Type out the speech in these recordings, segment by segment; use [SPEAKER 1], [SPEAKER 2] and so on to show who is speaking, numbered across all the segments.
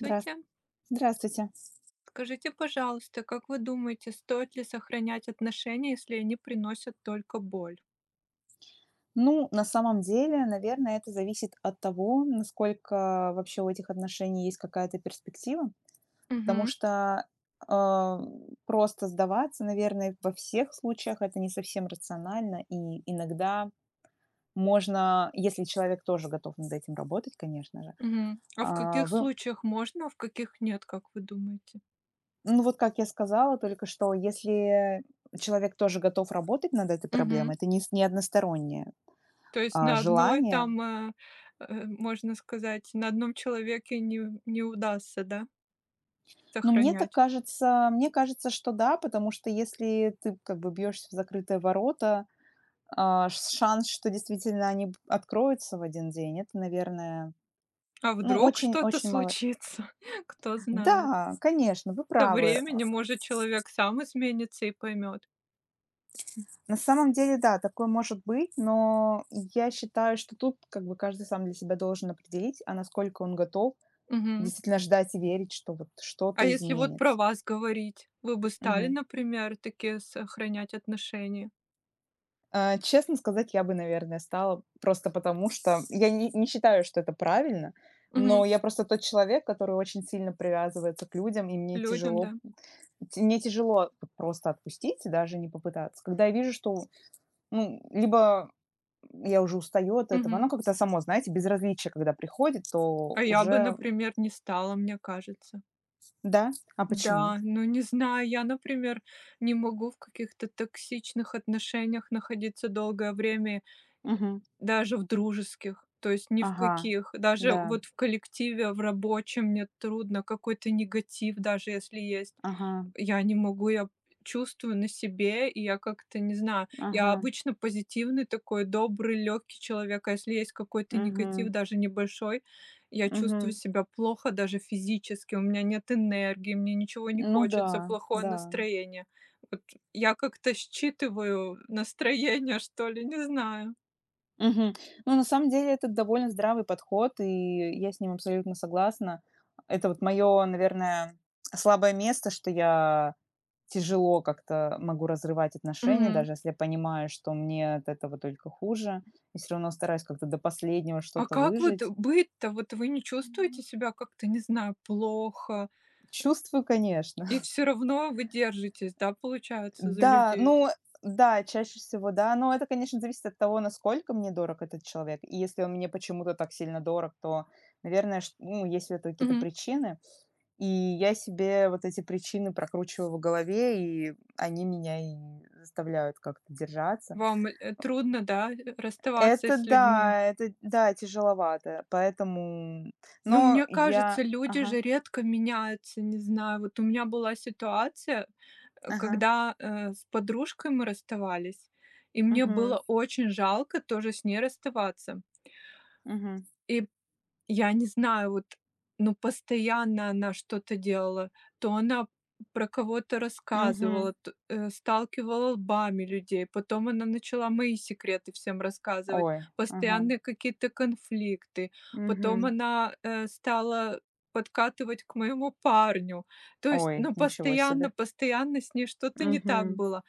[SPEAKER 1] Здравс Здравствуйте.
[SPEAKER 2] Скажите, пожалуйста, как вы думаете, стоит ли сохранять отношения, если они приносят только боль?
[SPEAKER 1] Ну, на самом деле, наверное, это зависит от того, насколько вообще у этих отношений есть какая-то перспектива, потому
[SPEAKER 2] Мгм.
[SPEAKER 1] что, а, просто сдаваться, наверное, во всех случаях это не совсем рационально, и иногда можно, если человек тоже готов над этим работать, конечно же,
[SPEAKER 2] Мгм. А в
[SPEAKER 1] а,
[SPEAKER 2] каких
[SPEAKER 1] вы
[SPEAKER 2] случаях можно, а в каких нет, как вы думаете?
[SPEAKER 1] ну, вот как я сказала только что, если человек тоже готов работать над этой
[SPEAKER 2] Мгм.
[SPEAKER 1] проблемой, это не одностороннее,
[SPEAKER 2] То есть на одной
[SPEAKER 1] желание.
[SPEAKER 2] там, можно сказать, на одном человеке не удастся, да,
[SPEAKER 1] Ну, мне так
[SPEAKER 2] сохранять.
[SPEAKER 1] кажется, мне кажется, что да, потому что если ты как бы бьешься в закрытые ворота, шанс, что действительно они откроются в один день, это, наверное,
[SPEAKER 2] А
[SPEAKER 1] ну,
[SPEAKER 2] вдруг что-то
[SPEAKER 1] очень-очень мало.
[SPEAKER 2] случится, кто знает.
[SPEAKER 1] Да, конечно, вы
[SPEAKER 2] Со
[SPEAKER 1] правы.
[SPEAKER 2] временем, может, человек сам изменится и поймет.
[SPEAKER 1] На самом деле, да, такое может быть, но я считаю, что тут как бы каждый сам для себя должен определить, а насколько он готов действительно ждать и верить, что вот
[SPEAKER 2] А
[SPEAKER 1] что-то
[SPEAKER 2] если вот про
[SPEAKER 1] изменится.
[SPEAKER 2] вас говорить, вы бы стали,
[SPEAKER 1] Мгм.
[SPEAKER 2] например, такие сохранять отношения.
[SPEAKER 1] Честно сказать, я бы, наверное, стала просто потому, что я не считаю, что это правильно,
[SPEAKER 2] Мгм.
[SPEAKER 1] но я просто тот человек, который очень сильно привязывается к людям, и мне
[SPEAKER 2] Людям,
[SPEAKER 1] тяжело,
[SPEAKER 2] да?
[SPEAKER 1] мне тяжело вот просто отпустить, даже не попытаться. Когда я вижу, что, ну, либо я уже устаю от этого,
[SPEAKER 2] Мгм.
[SPEAKER 1] оно как-то само, знаете, безразличие, когда приходит, то
[SPEAKER 2] А я бы,
[SPEAKER 1] уже,
[SPEAKER 2] например, не стала, мне кажется.
[SPEAKER 1] да, а почему?
[SPEAKER 2] Да, ну не знаю, я, например, не могу в каких-то токсичных отношениях находиться долгое время,
[SPEAKER 1] Мгм.
[SPEAKER 2] даже в дружеских, то есть ни в
[SPEAKER 1] Ага,
[SPEAKER 2] каких. Даже
[SPEAKER 1] да,
[SPEAKER 2] вот в коллективе, в рабочем мне трудно, какой-то негатив, даже если есть.
[SPEAKER 1] ага,
[SPEAKER 2] Я не могу, я чувствую на себе, и я как-то не знаю. Я
[SPEAKER 1] ага,
[SPEAKER 2] обычно позитивный такой, добрый, легкий человек, а если есть какой-то негатив,
[SPEAKER 1] угу,
[SPEAKER 2] даже небольшой, я чувствую
[SPEAKER 1] угу.
[SPEAKER 2] себя плохо даже физически, у меня нет энергии, мне ничего не
[SPEAKER 1] Ну
[SPEAKER 2] хочется,
[SPEAKER 1] да,
[SPEAKER 2] плохое
[SPEAKER 1] да.
[SPEAKER 2] настроение. Вот я как-то считываю настроение, что ли, не знаю.
[SPEAKER 1] Мгм. Ну, на самом деле, это довольно здравый подход, и я с ним абсолютно согласна. Это вот мое, наверное, слабое место, что я тяжело как-то могу разрывать отношения,
[SPEAKER 2] Мгм.
[SPEAKER 1] даже если я понимаю, что мне от этого только хуже, и все равно стараюсь как-то до последнего
[SPEAKER 2] А
[SPEAKER 1] что-то
[SPEAKER 2] как вот
[SPEAKER 1] выжить.
[SPEAKER 2] быть-то? Вот вы не чувствуете себя как-то, не знаю, плохо,
[SPEAKER 1] Чувствую, конечно.
[SPEAKER 2] и все равно вы держитесь, да, получается, за
[SPEAKER 1] Да,
[SPEAKER 2] людей?
[SPEAKER 1] ну, да, чаще всего, да. Но это, конечно, зависит от того, насколько мне дорог этот человек. И если он мне почему-то так сильно дорог, то, наверное, ну, есть в этом какие-то
[SPEAKER 2] Мгм.
[SPEAKER 1] причины. И я себе вот эти причины прокручиваю в голове, и они меня и заставляют как-то держаться.
[SPEAKER 2] Вам, трудно, да, расставаться с людьми?
[SPEAKER 1] Это да, тяжеловато, поэтому
[SPEAKER 2] Ну,
[SPEAKER 1] Но
[SPEAKER 2] мне кажется,
[SPEAKER 1] я
[SPEAKER 2] люди
[SPEAKER 1] Ага,
[SPEAKER 2] же редко меняются, не знаю. Вот у меня была ситуация,
[SPEAKER 1] ага,
[SPEAKER 2] когда, с подружкой мы расставались, и мне
[SPEAKER 1] угу,
[SPEAKER 2] было очень жалко тоже с ней расставаться.
[SPEAKER 1] угу,
[SPEAKER 2] И я не знаю, вот, ну, постоянно она что-то делала. То она про кого-то
[SPEAKER 1] угу.
[SPEAKER 2] рассказывала, сталкивала лбами людей. Потом она начала мои секреты всем рассказывать.
[SPEAKER 1] Ой, ага,
[SPEAKER 2] Постоянные какие-то конфликты. Потом
[SPEAKER 1] угу,
[SPEAKER 2] она, стала подкатывать к моему парню. То есть,
[SPEAKER 1] Ой,
[SPEAKER 2] ну,
[SPEAKER 1] ничего
[SPEAKER 2] постоянно
[SPEAKER 1] себе.
[SPEAKER 2] постоянно с ней что-то не так
[SPEAKER 1] Угу,
[SPEAKER 2] было.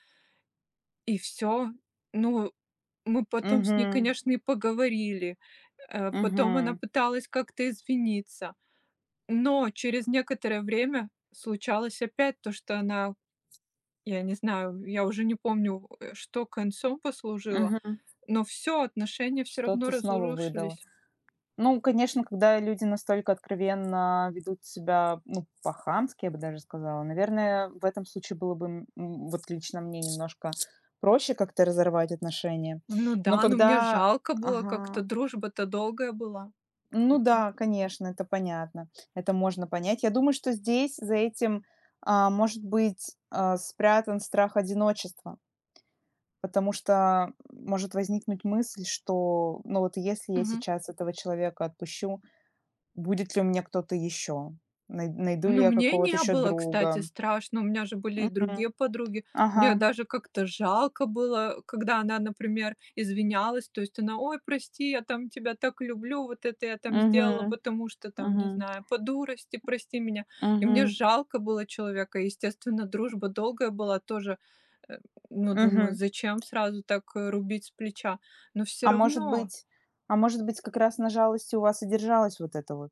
[SPEAKER 2] И все, ну, мы потом с ней,
[SPEAKER 1] угу,
[SPEAKER 2] конечно, и поговорили. Потом она
[SPEAKER 1] угу,
[SPEAKER 2] пыталась как-то извиниться. Но через некоторое время случалось опять то, что она, я не знаю, я уже не помню, что концом послужило,
[SPEAKER 1] угу.
[SPEAKER 2] но все отношения все равно
[SPEAKER 1] Что-то снова выдала.
[SPEAKER 2] разрушились.
[SPEAKER 1] Ну, конечно, когда люди настолько откровенно ведут себя, ну, по-хамски, я бы даже сказала, наверное, в этом случае было бы, вот лично мне немножко проще как-то разорвать отношения.
[SPEAKER 2] Ну да,
[SPEAKER 1] Но
[SPEAKER 2] ну мне
[SPEAKER 1] когда
[SPEAKER 2] жалко было как-то,
[SPEAKER 1] Ага.
[SPEAKER 2] дружба-то долгая была.
[SPEAKER 1] Ну да, конечно, это понятно. Это можно понять. Я думаю, что здесь за этим, может быть, спрятан страх одиночества, потому что может возникнуть мысль, что, ну вот если я
[SPEAKER 2] Мгм.
[SPEAKER 1] сейчас этого человека отпущу, будет ли у меня кто-то еще? Найду ли
[SPEAKER 2] Ну,
[SPEAKER 1] я
[SPEAKER 2] мне
[SPEAKER 1] какого-то
[SPEAKER 2] не
[SPEAKER 1] еще
[SPEAKER 2] было, кстати,
[SPEAKER 1] друга?
[SPEAKER 2] страшно. У меня же были и другие
[SPEAKER 1] Мгм.
[SPEAKER 2] подруги.
[SPEAKER 1] Ага.
[SPEAKER 2] Мне даже как-то жалко было, когда она, например, извинялась. То есть она: "Ой, прости, я там тебя так люблю, вот это я там
[SPEAKER 1] Мгм.
[SPEAKER 2] сделала, потому что там, не
[SPEAKER 1] Мгм.
[SPEAKER 2] знаю, по дурости, прости меня". И мне
[SPEAKER 1] Мгм.
[SPEAKER 2] жалко было человека. Естественно, дружба долгая была тоже. э, Ну, думаю,
[SPEAKER 1] Мгм.
[SPEAKER 2] зачем сразу так рубить с плеча? Но все
[SPEAKER 1] А может
[SPEAKER 2] равно
[SPEAKER 1] быть а может быть, как раз на жалости у вас и держалась вот это вот,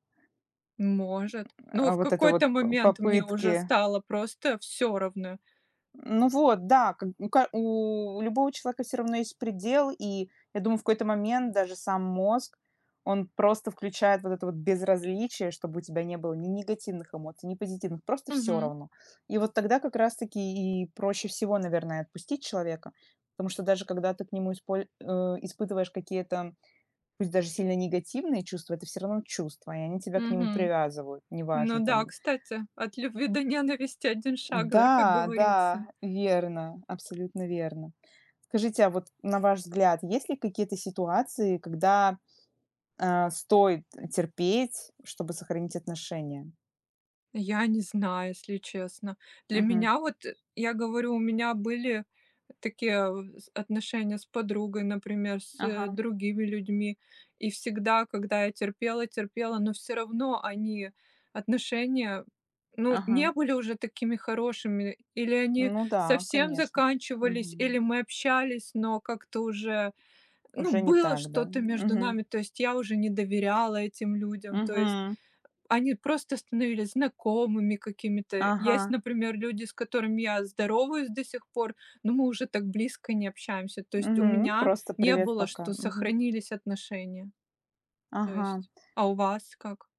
[SPEAKER 2] может. Но в
[SPEAKER 1] вот это вот
[SPEAKER 2] какой-то
[SPEAKER 1] п
[SPEAKER 2] момент мне уже
[SPEAKER 1] попытки
[SPEAKER 2] стало просто все равно.
[SPEAKER 1] Ну вот, да, как у любого человека все равно есть предел, и я думаю, в какой-то момент даже сам мозг, он просто включает вот это вот безразличие, чтобы у тебя не было ни негативных эмоций, ни позитивных, просто все
[SPEAKER 2] Мгм.
[SPEAKER 1] равно. И вот тогда как раз таки и проще всего, наверное, отпустить человека, потому что даже когда ты к нему испытываешь какие-то, пусть даже сильно негативные чувства, это все равно чувства, и они тебя к нему
[SPEAKER 2] Мгм.
[SPEAKER 1] привязывают,
[SPEAKER 2] Ну
[SPEAKER 1] неважно
[SPEAKER 2] да,
[SPEAKER 1] там.
[SPEAKER 2] кстати, от любви до ненависти один шаг, да, как
[SPEAKER 1] Да,
[SPEAKER 2] говорится.
[SPEAKER 1] да, верно, абсолютно верно. Скажите, а вот на ваш взгляд, есть ли какие-то ситуации, когда, стоит терпеть, чтобы сохранить отношения?
[SPEAKER 2] Я не знаю, если честно. Для
[SPEAKER 1] Мгм.
[SPEAKER 2] меня вот, я говорю, у меня были такие в с отношения с подругой, например, с,
[SPEAKER 1] Ага,
[SPEAKER 2] другими людьми. И всегда, когда я терпела, но все равно они, отношения, ну, не
[SPEAKER 1] ага.
[SPEAKER 2] были уже такими хорошими. Или они
[SPEAKER 1] Ну да,
[SPEAKER 2] совсем
[SPEAKER 1] конечно.
[SPEAKER 2] заканчивались, или
[SPEAKER 1] Мгм.
[SPEAKER 2] мы общались, но как-то уже, ну,
[SPEAKER 1] Уже не
[SPEAKER 2] было
[SPEAKER 1] так, да?
[SPEAKER 2] что-то между нами,
[SPEAKER 1] Мгм.
[SPEAKER 2] то есть я уже не доверяла этим людям, то есть
[SPEAKER 1] Мгм.
[SPEAKER 2] они просто становились знакомыми какими-то.
[SPEAKER 1] Ага.
[SPEAKER 2] Есть, например, люди, с которыми я здороваюсь до сих пор, но мы уже так близко не общаемся. То есть у
[SPEAKER 1] Мгм.
[SPEAKER 2] меня
[SPEAKER 1] Просто
[SPEAKER 2] не
[SPEAKER 1] привет,
[SPEAKER 2] было,
[SPEAKER 1] пока.
[SPEAKER 2] что
[SPEAKER 1] Мгм.
[SPEAKER 2] сохранились отношения. То
[SPEAKER 1] Ага.
[SPEAKER 2] есть, а у вас как?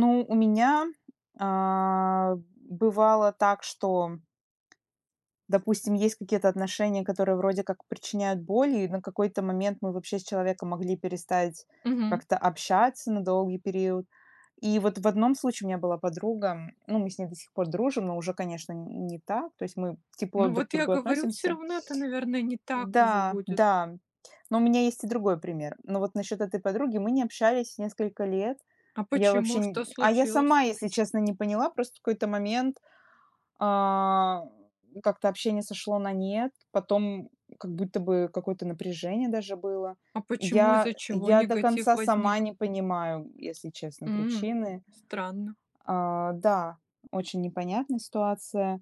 [SPEAKER 1] Ну, у меня, а, бывало так, что допустим, есть какие-то отношения, которые вроде как причиняют боль, и на какой-то момент мы вообще с человеком могли перестать
[SPEAKER 2] Мгм.
[SPEAKER 1] как-то общаться на долгий период. И вот в одном случае у меня была подруга, ну, мы с ней до сих пор дружим, но уже, конечно, не так, то есть мы тепло
[SPEAKER 2] Ну
[SPEAKER 1] друг к
[SPEAKER 2] вот я
[SPEAKER 1] другу
[SPEAKER 2] говорю, все
[SPEAKER 1] относимся.
[SPEAKER 2] равно это, наверное, не так уже
[SPEAKER 1] Да,
[SPEAKER 2] будет.
[SPEAKER 1] да, но у меня есть и другой пример. Но вот насчет этой подруги мы не общались несколько лет.
[SPEAKER 2] А
[SPEAKER 1] Я
[SPEAKER 2] почему?
[SPEAKER 1] вообще...
[SPEAKER 2] Что
[SPEAKER 1] А я
[SPEAKER 2] случилось?
[SPEAKER 1] сама, если честно, не поняла, просто в какой-то момент а, как-то общение сошло на нет, потом как будто бы какое-то напряжение даже было.
[SPEAKER 2] А почему, из-за чего
[SPEAKER 1] Я до
[SPEAKER 2] негатив
[SPEAKER 1] конца сама
[SPEAKER 2] возник?
[SPEAKER 1] не понимаю, если честно,
[SPEAKER 2] М,
[SPEAKER 1] причины.
[SPEAKER 2] странно.
[SPEAKER 1] А, да, очень непонятная ситуация.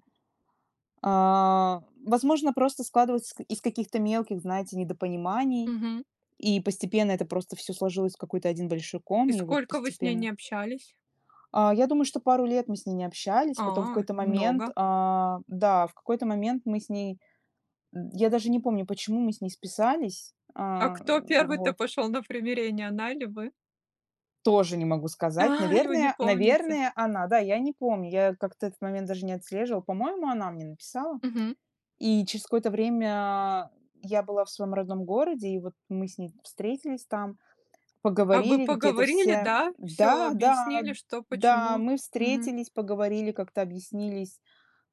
[SPEAKER 1] Возможно, просто складывалось ск из каких-то мелких, знаете, недопониманий,
[SPEAKER 2] Мгм.
[SPEAKER 1] и постепенно это просто все сложилось в какой-то один большой
[SPEAKER 2] И
[SPEAKER 1] ком, и вот
[SPEAKER 2] сколько вы с ней
[SPEAKER 1] постепенно.
[SPEAKER 2] не общались?
[SPEAKER 1] Я думаю, что пару лет мы с ней не общались,
[SPEAKER 2] А,
[SPEAKER 1] потом в какой-то момент,
[SPEAKER 2] много.
[SPEAKER 1] да, в какой-то момент мы с ней я даже не помню, почему мы с ней списались.
[SPEAKER 2] А кто первый-то
[SPEAKER 1] Вот.
[SPEAKER 2] пошел на примирение, она или вы?
[SPEAKER 1] Тоже не могу сказать.
[SPEAKER 2] А, и вы не помните.
[SPEAKER 1] Наверное, она. Да, я не помню. Я как-то этот момент даже не отслеживала. По-моему, она мне написала.
[SPEAKER 2] Мгм.
[SPEAKER 1] И через какое-то время я была в своем родном городе, и вот мы с ней встретились там,
[SPEAKER 2] А вы
[SPEAKER 1] поговорили какие-то
[SPEAKER 2] поговорили,
[SPEAKER 1] все
[SPEAKER 2] да? Все
[SPEAKER 1] Да, да,
[SPEAKER 2] объяснили, что,
[SPEAKER 1] да,
[SPEAKER 2] почему?
[SPEAKER 1] мы
[SPEAKER 2] Мгм.
[SPEAKER 1] встретились, поговорили, как-то объяснились,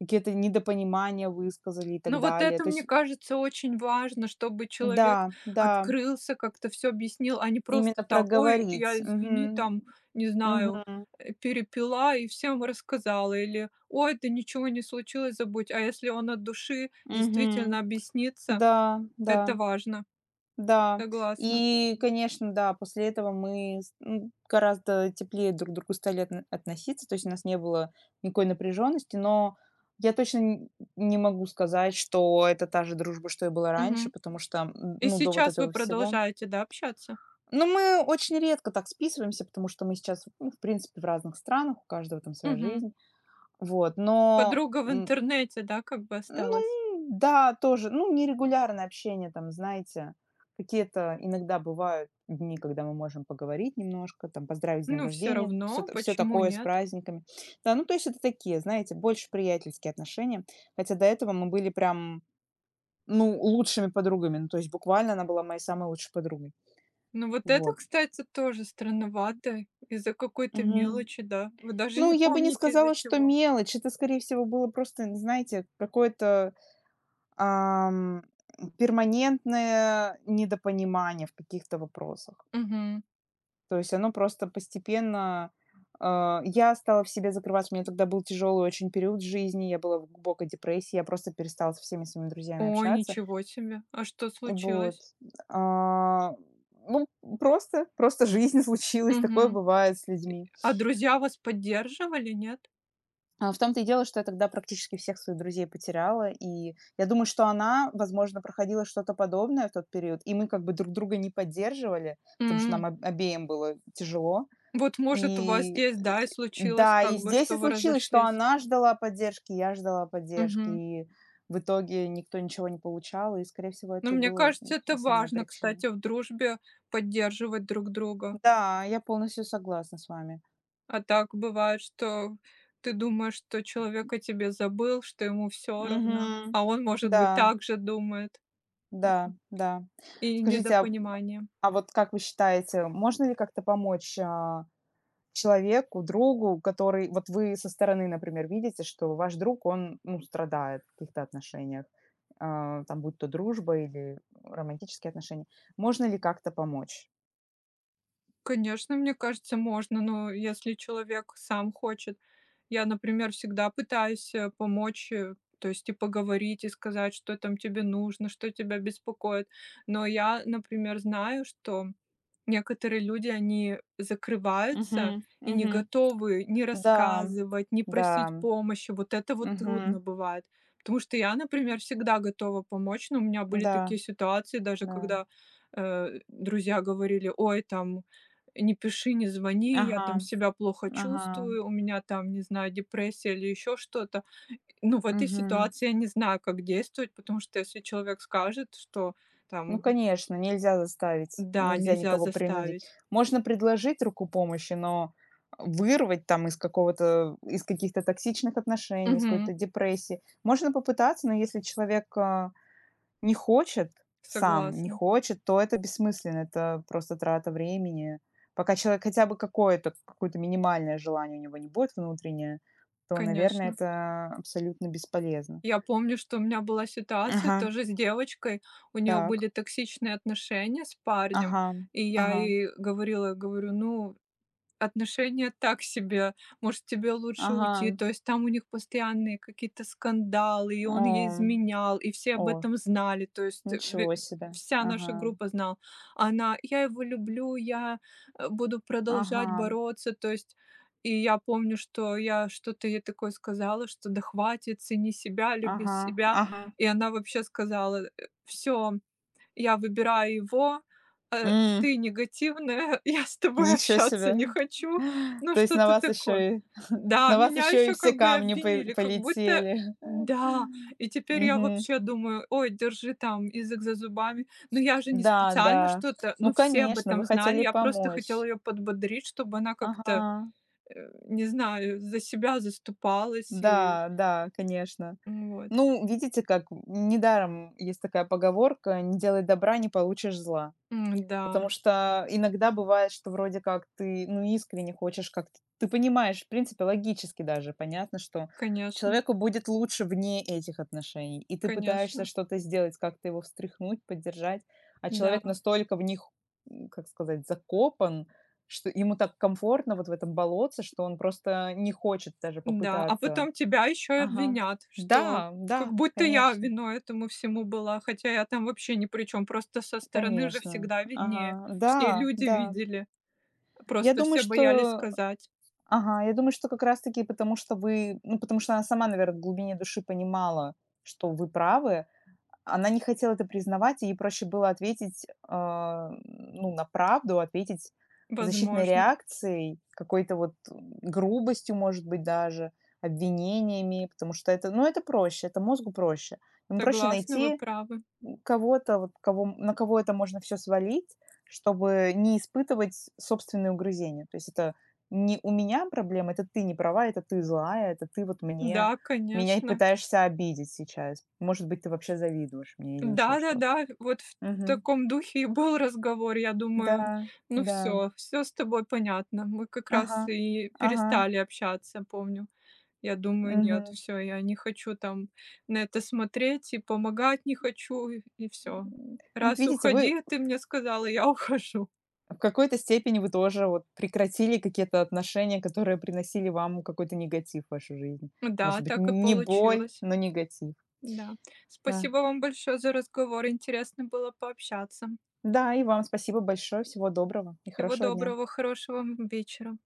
[SPEAKER 1] какие-то недопонимания высказали и так
[SPEAKER 2] Ну, вот
[SPEAKER 1] далее.
[SPEAKER 2] это,
[SPEAKER 1] То
[SPEAKER 2] мне
[SPEAKER 1] есть
[SPEAKER 2] кажется, очень важно, чтобы человек
[SPEAKER 1] да, да.
[SPEAKER 2] открылся, как-то все объяснил, а не просто
[SPEAKER 1] Именно
[SPEAKER 2] так: "Ой,
[SPEAKER 1] проговорить.
[SPEAKER 2] я, извини,
[SPEAKER 1] Мгм.
[SPEAKER 2] там, не знаю,
[SPEAKER 1] Мгм.
[SPEAKER 2] перепила и всем рассказала", или: "Ой, да ничего не случилось, забудь". А если он от души действительно
[SPEAKER 1] Мгм.
[SPEAKER 2] объяснится.
[SPEAKER 1] Да, да,
[SPEAKER 2] Это важно,
[SPEAKER 1] да.
[SPEAKER 2] согласна.
[SPEAKER 1] И, конечно, да, после этого мы гораздо теплее друг к другу стали относиться, то есть у нас не было никакой напряженности, но я точно н не могу сказать, что это та же дружба, что и была раньше,
[SPEAKER 2] Мгм.
[SPEAKER 1] потому что,
[SPEAKER 2] И
[SPEAKER 1] ну, до вот
[SPEAKER 2] сейчас вы
[SPEAKER 1] этого всего.
[SPEAKER 2] продолжаете, да, общаться?
[SPEAKER 1] Но мы очень редко так списываемся, потому что мы сейчас, ну, в принципе, в разных странах, у каждого там своя
[SPEAKER 2] Мгм.
[SPEAKER 1] жизнь. Вот, но,
[SPEAKER 2] Подруга в
[SPEAKER 1] м,
[SPEAKER 2] интернете, да, как бы осталась?
[SPEAKER 1] ну да, тоже. Ну, нерегулярное общение там, знаете, какие-то иногда бывают дни, когда мы можем поговорить немножко, там, поздравить с днем
[SPEAKER 2] Ну, все
[SPEAKER 1] рождения, все,
[SPEAKER 2] равно,
[SPEAKER 1] все
[SPEAKER 2] почему
[SPEAKER 1] такое с
[SPEAKER 2] нет?
[SPEAKER 1] праздниками. Да, ну, то есть это такие, знаете, больше приятельские отношения. Хотя до этого мы были прям, ну, лучшими подругами. Ну, то есть буквально она была моей самой лучшей подругой.
[SPEAKER 2] Ну, вот это,
[SPEAKER 1] Вот.
[SPEAKER 2] кстати, тоже странновато из-за какой-то
[SPEAKER 1] Мгм.
[SPEAKER 2] мелочи, да. Вы даже
[SPEAKER 1] Ну,
[SPEAKER 2] не
[SPEAKER 1] я бы не
[SPEAKER 2] помните, из-за
[SPEAKER 1] сказала, что
[SPEAKER 2] чего.
[SPEAKER 1] мелочь. Это, скорее всего, было просто, знаете, какое-то Ам, перманентное недопонимание в каких-то вопросах.
[SPEAKER 2] Мгм.
[SPEAKER 1] То есть оно просто постепенно я стала в себе закрываться. У меня тогда был тяжелый очень период в жизни, я была в глубокой депрессии, я просто перестала со всеми своими друзьями
[SPEAKER 2] Ой,
[SPEAKER 1] общаться.
[SPEAKER 2] ничего себе. А что
[SPEAKER 1] Вот.
[SPEAKER 2] случилось?
[SPEAKER 1] А, ну, просто жизнь случилась, такое
[SPEAKER 2] Мгм.
[SPEAKER 1] бывает с людьми.
[SPEAKER 2] А друзья вас поддерживали, нет?
[SPEAKER 1] В том-то и дело, что я тогда практически всех своих друзей потеряла, и я думаю, что она, возможно, проходила что-то подобное в тот период, и мы как бы друг друга не поддерживали, потому что нам
[SPEAKER 2] М.
[SPEAKER 1] об обеим было тяжело.
[SPEAKER 2] Вот, может, у вас
[SPEAKER 1] И,
[SPEAKER 2] здесь,
[SPEAKER 1] э,
[SPEAKER 2] да, и случилось,
[SPEAKER 1] да, и
[SPEAKER 2] как бы,
[SPEAKER 1] здесь
[SPEAKER 2] что
[SPEAKER 1] и
[SPEAKER 2] вы
[SPEAKER 1] случилось, что
[SPEAKER 2] разошлись.
[SPEAKER 1] она ждала поддержки, я ждала поддержки,
[SPEAKER 2] Мгм.
[SPEAKER 1] и в итоге никто ничего не получал, и, скорее всего,
[SPEAKER 2] Ну,
[SPEAKER 1] это и
[SPEAKER 2] мне
[SPEAKER 1] было,
[SPEAKER 2] кажется, это
[SPEAKER 1] основная
[SPEAKER 2] важно,
[SPEAKER 1] причина.
[SPEAKER 2] кстати, в дружбе поддерживать друг друга.
[SPEAKER 1] Да, я полностью согласна с вами.
[SPEAKER 2] А так бывает, что ты думаешь, что человек о тебе забыл, что ему все равно,
[SPEAKER 1] Мгм.
[SPEAKER 2] а он, может
[SPEAKER 1] Да,
[SPEAKER 2] быть, так же думает. Д
[SPEAKER 1] да, да.
[SPEAKER 2] И
[SPEAKER 1] Скажите, а
[SPEAKER 2] недопонимание.
[SPEAKER 1] А вот как вы считаете, можно ли как-то помочь, человеку, другу, который вот вы со стороны, например, видите, что ваш друг, он, ну, страдает в каких-то отношениях, там, будь то дружба или романтические отношения. Можно ли как-то помочь?
[SPEAKER 2] Конечно, мне кажется, можно, но если человек сам хочет. Я, например, всегда пытаюсь помочь, то есть и поговорить, и сказать, что там тебе нужно, что тебя беспокоит. Но я, например, знаю, что некоторые люди, они закрываются
[SPEAKER 1] Мгм,
[SPEAKER 2] и не
[SPEAKER 1] мгм.
[SPEAKER 2] готовы ни
[SPEAKER 1] Да,
[SPEAKER 2] рассказывать, ни
[SPEAKER 1] да,
[SPEAKER 2] просить помощи. Вот это вот
[SPEAKER 1] мгм.
[SPEAKER 2] трудно бывает. Потому что я, например, всегда готова помочь, но у меня были
[SPEAKER 1] Да,
[SPEAKER 2] такие ситуации, даже
[SPEAKER 1] да.
[SPEAKER 2] когда друзья говорили: "Ой, там, не пиши, не звони, я
[SPEAKER 1] Ага,
[SPEAKER 2] там себя плохо
[SPEAKER 1] ага,
[SPEAKER 2] чувствую, у меня там, не знаю, депрессия или еще что-то". Ну, в этой
[SPEAKER 1] мгм.
[SPEAKER 2] ситуации я не знаю, как действовать, потому что если человек скажет, что
[SPEAKER 1] Ну,
[SPEAKER 2] там,
[SPEAKER 1] конечно, нельзя заставить,
[SPEAKER 2] да,
[SPEAKER 1] нельзя
[SPEAKER 2] нельзя
[SPEAKER 1] никого принудить.
[SPEAKER 2] заставить.
[SPEAKER 1] Можно предложить руку помощи, но вырвать там из каких-то токсичных отношений, из
[SPEAKER 2] Мгм.
[SPEAKER 1] какой-то депрессии. Можно попытаться, но если человек не хочет сам, не
[SPEAKER 2] Согласна,
[SPEAKER 1] хочет, то это бессмысленно, это просто трата времени. Пока человек хотя бы какое-то, какое-то минимальное желание у него не будет внутреннее, то, наверное,
[SPEAKER 2] конечно.
[SPEAKER 1] это абсолютно бесполезно.
[SPEAKER 2] Я помню, что у меня была ситуация
[SPEAKER 1] Ага,
[SPEAKER 2] тоже с девочкой, у нее
[SPEAKER 1] так,
[SPEAKER 2] были токсичные отношения с парнем,
[SPEAKER 1] ага,
[SPEAKER 2] и я
[SPEAKER 1] ага,
[SPEAKER 2] ей говорила, говорю, ну, отношения так себе. Может, тебе лучше уйти.
[SPEAKER 1] ага.
[SPEAKER 2] То есть там у них постоянные какие-то скандалы, и он ей
[SPEAKER 1] О,
[SPEAKER 2] изменял, и все об
[SPEAKER 1] о,
[SPEAKER 2] этом знали. То есть
[SPEAKER 1] ничего себе.
[SPEAKER 2] вся наша
[SPEAKER 1] Ага,
[SPEAKER 2] группа знала. А она: "Я его люблю, я буду продолжать
[SPEAKER 1] ага,
[SPEAKER 2] бороться". То есть и я помню, что я что-то ей такое сказала, что да хватит, цени себя, люби
[SPEAKER 1] ага,
[SPEAKER 2] себя.
[SPEAKER 1] ага.
[SPEAKER 2] И она вообще сказала: "Все, я выбираю его, э,
[SPEAKER 1] М,
[SPEAKER 2] ты негативная, я с тобой
[SPEAKER 1] ничего
[SPEAKER 2] общаться
[SPEAKER 1] себе.
[SPEAKER 2] не хочу". Ну,
[SPEAKER 1] То есть на
[SPEAKER 2] что-то
[SPEAKER 1] вас
[SPEAKER 2] такое.
[SPEAKER 1] еще и
[SPEAKER 2] Да,
[SPEAKER 1] на вас
[SPEAKER 2] меня
[SPEAKER 1] еще и
[SPEAKER 2] еще
[SPEAKER 1] все
[SPEAKER 2] как бы и
[SPEAKER 1] камни по
[SPEAKER 2] обвинили, как будто
[SPEAKER 1] полетели.
[SPEAKER 2] да, и теперь я
[SPEAKER 1] Мгм.
[SPEAKER 2] вообще думаю: "Ой, держи там язык за зубами". Но я же не
[SPEAKER 1] Да,
[SPEAKER 2] специально
[SPEAKER 1] да.
[SPEAKER 2] что-то,
[SPEAKER 1] Ну,
[SPEAKER 2] ну, все об
[SPEAKER 1] конечно,
[SPEAKER 2] этом
[SPEAKER 1] вы
[SPEAKER 2] знали.
[SPEAKER 1] хотели
[SPEAKER 2] Я просто хотела
[SPEAKER 1] помочь.
[SPEAKER 2] ее подбодрить, чтобы она как-то,
[SPEAKER 1] Ага.
[SPEAKER 2] э, не знаю, за себя заступалась и,
[SPEAKER 1] Да, да, конечно.
[SPEAKER 2] вот.
[SPEAKER 1] Ну, видите, как недаром есть такая поговорка: "Не делай добра, не получишь зла".
[SPEAKER 2] М,
[SPEAKER 1] Потому
[SPEAKER 2] да,
[SPEAKER 1] что иногда бывает, что вроде как ты, ну, искренне хочешь как-то. Ты понимаешь, в принципе, логически даже понятно, что
[SPEAKER 2] конечно,
[SPEAKER 1] человеку будет лучше вне этих отношений. И ты пытаешься
[SPEAKER 2] конечно,
[SPEAKER 1] что-то сделать, как-то его встряхнуть, поддержать, а
[SPEAKER 2] да.
[SPEAKER 1] человек настолько в них, как сказать, закопан, что ему так комфортно вот в этом болотце, что он просто не хочет даже
[SPEAKER 2] Да, а
[SPEAKER 1] попытаться.
[SPEAKER 2] потом тебя еще и
[SPEAKER 1] Ага.
[SPEAKER 2] обвинят, что
[SPEAKER 1] Да,
[SPEAKER 2] как
[SPEAKER 1] да,
[SPEAKER 2] будто я виной этому всему была, хотя я там вообще ни при чем, просто со стороны же
[SPEAKER 1] конечно.
[SPEAKER 2] всегда виднее.
[SPEAKER 1] Ага,
[SPEAKER 2] Все
[SPEAKER 1] да,
[SPEAKER 2] люди
[SPEAKER 1] да.
[SPEAKER 2] видели,
[SPEAKER 1] Я
[SPEAKER 2] просто
[SPEAKER 1] думаю,
[SPEAKER 2] все боялись
[SPEAKER 1] что
[SPEAKER 2] сказать.
[SPEAKER 1] Ага, я думаю, что как раз-таки потому, что вы ну, потому что она сама, наверное в глубине души понимала, что вы правы. Она не хотела это признавать, и ей проще было ответить, ну, на правду, ответить защитной
[SPEAKER 2] Возможно.
[SPEAKER 1] реакцией, какой-то вот грубостью, может быть, даже, обвинениями, потому что это, ну, это проще, это мозгу проще. Ему проще
[SPEAKER 2] Согласна, вы
[SPEAKER 1] найти
[SPEAKER 2] правы.
[SPEAKER 1] кого-то, на кого это можно все свалить, чтобы не испытывать собственные угрызения. То есть это не у меня проблема, это ты не права, это ты злая, это ты вот мне
[SPEAKER 2] Да,
[SPEAKER 1] меня и
[SPEAKER 2] конечно.
[SPEAKER 1] пытаешься обидеть сейчас. Может быть, ты вообще завидуешь мне или еще что-то.
[SPEAKER 2] Да-да-да, вот в
[SPEAKER 1] Мгм.
[SPEAKER 2] таком духе и был разговор. Я думаю,
[SPEAKER 1] Да,
[SPEAKER 2] ну
[SPEAKER 1] да.
[SPEAKER 2] все, все с тобой понятно. Мы как
[SPEAKER 1] Ага,
[SPEAKER 2] раз и
[SPEAKER 1] ага.
[SPEAKER 2] перестали общаться, помню. Я думаю, нет,
[SPEAKER 1] Мгм.
[SPEAKER 2] все, я не хочу там на это смотреть и помогать не хочу, и всё.
[SPEAKER 1] М, Вот
[SPEAKER 2] Раз
[SPEAKER 1] видите, вы,
[SPEAKER 2] уходи, ты мне сказала, я ухожу.
[SPEAKER 1] В какой-то степени вы тоже вот прекратили какие-то отношения, которые приносили вам какой-то негатив в вашу жизнь.
[SPEAKER 2] Да,
[SPEAKER 1] Может быть,
[SPEAKER 2] так и
[SPEAKER 1] не боль,
[SPEAKER 2] получилось.
[SPEAKER 1] но негатив.
[SPEAKER 2] Да.
[SPEAKER 1] Да.
[SPEAKER 2] Спасибо вам большое за разговор. Интересно было пообщаться.
[SPEAKER 1] Да, и вам спасибо большое. Всего доброго и
[SPEAKER 2] Всего
[SPEAKER 1] хорошего дня.
[SPEAKER 2] доброго, хорошего вам вечера.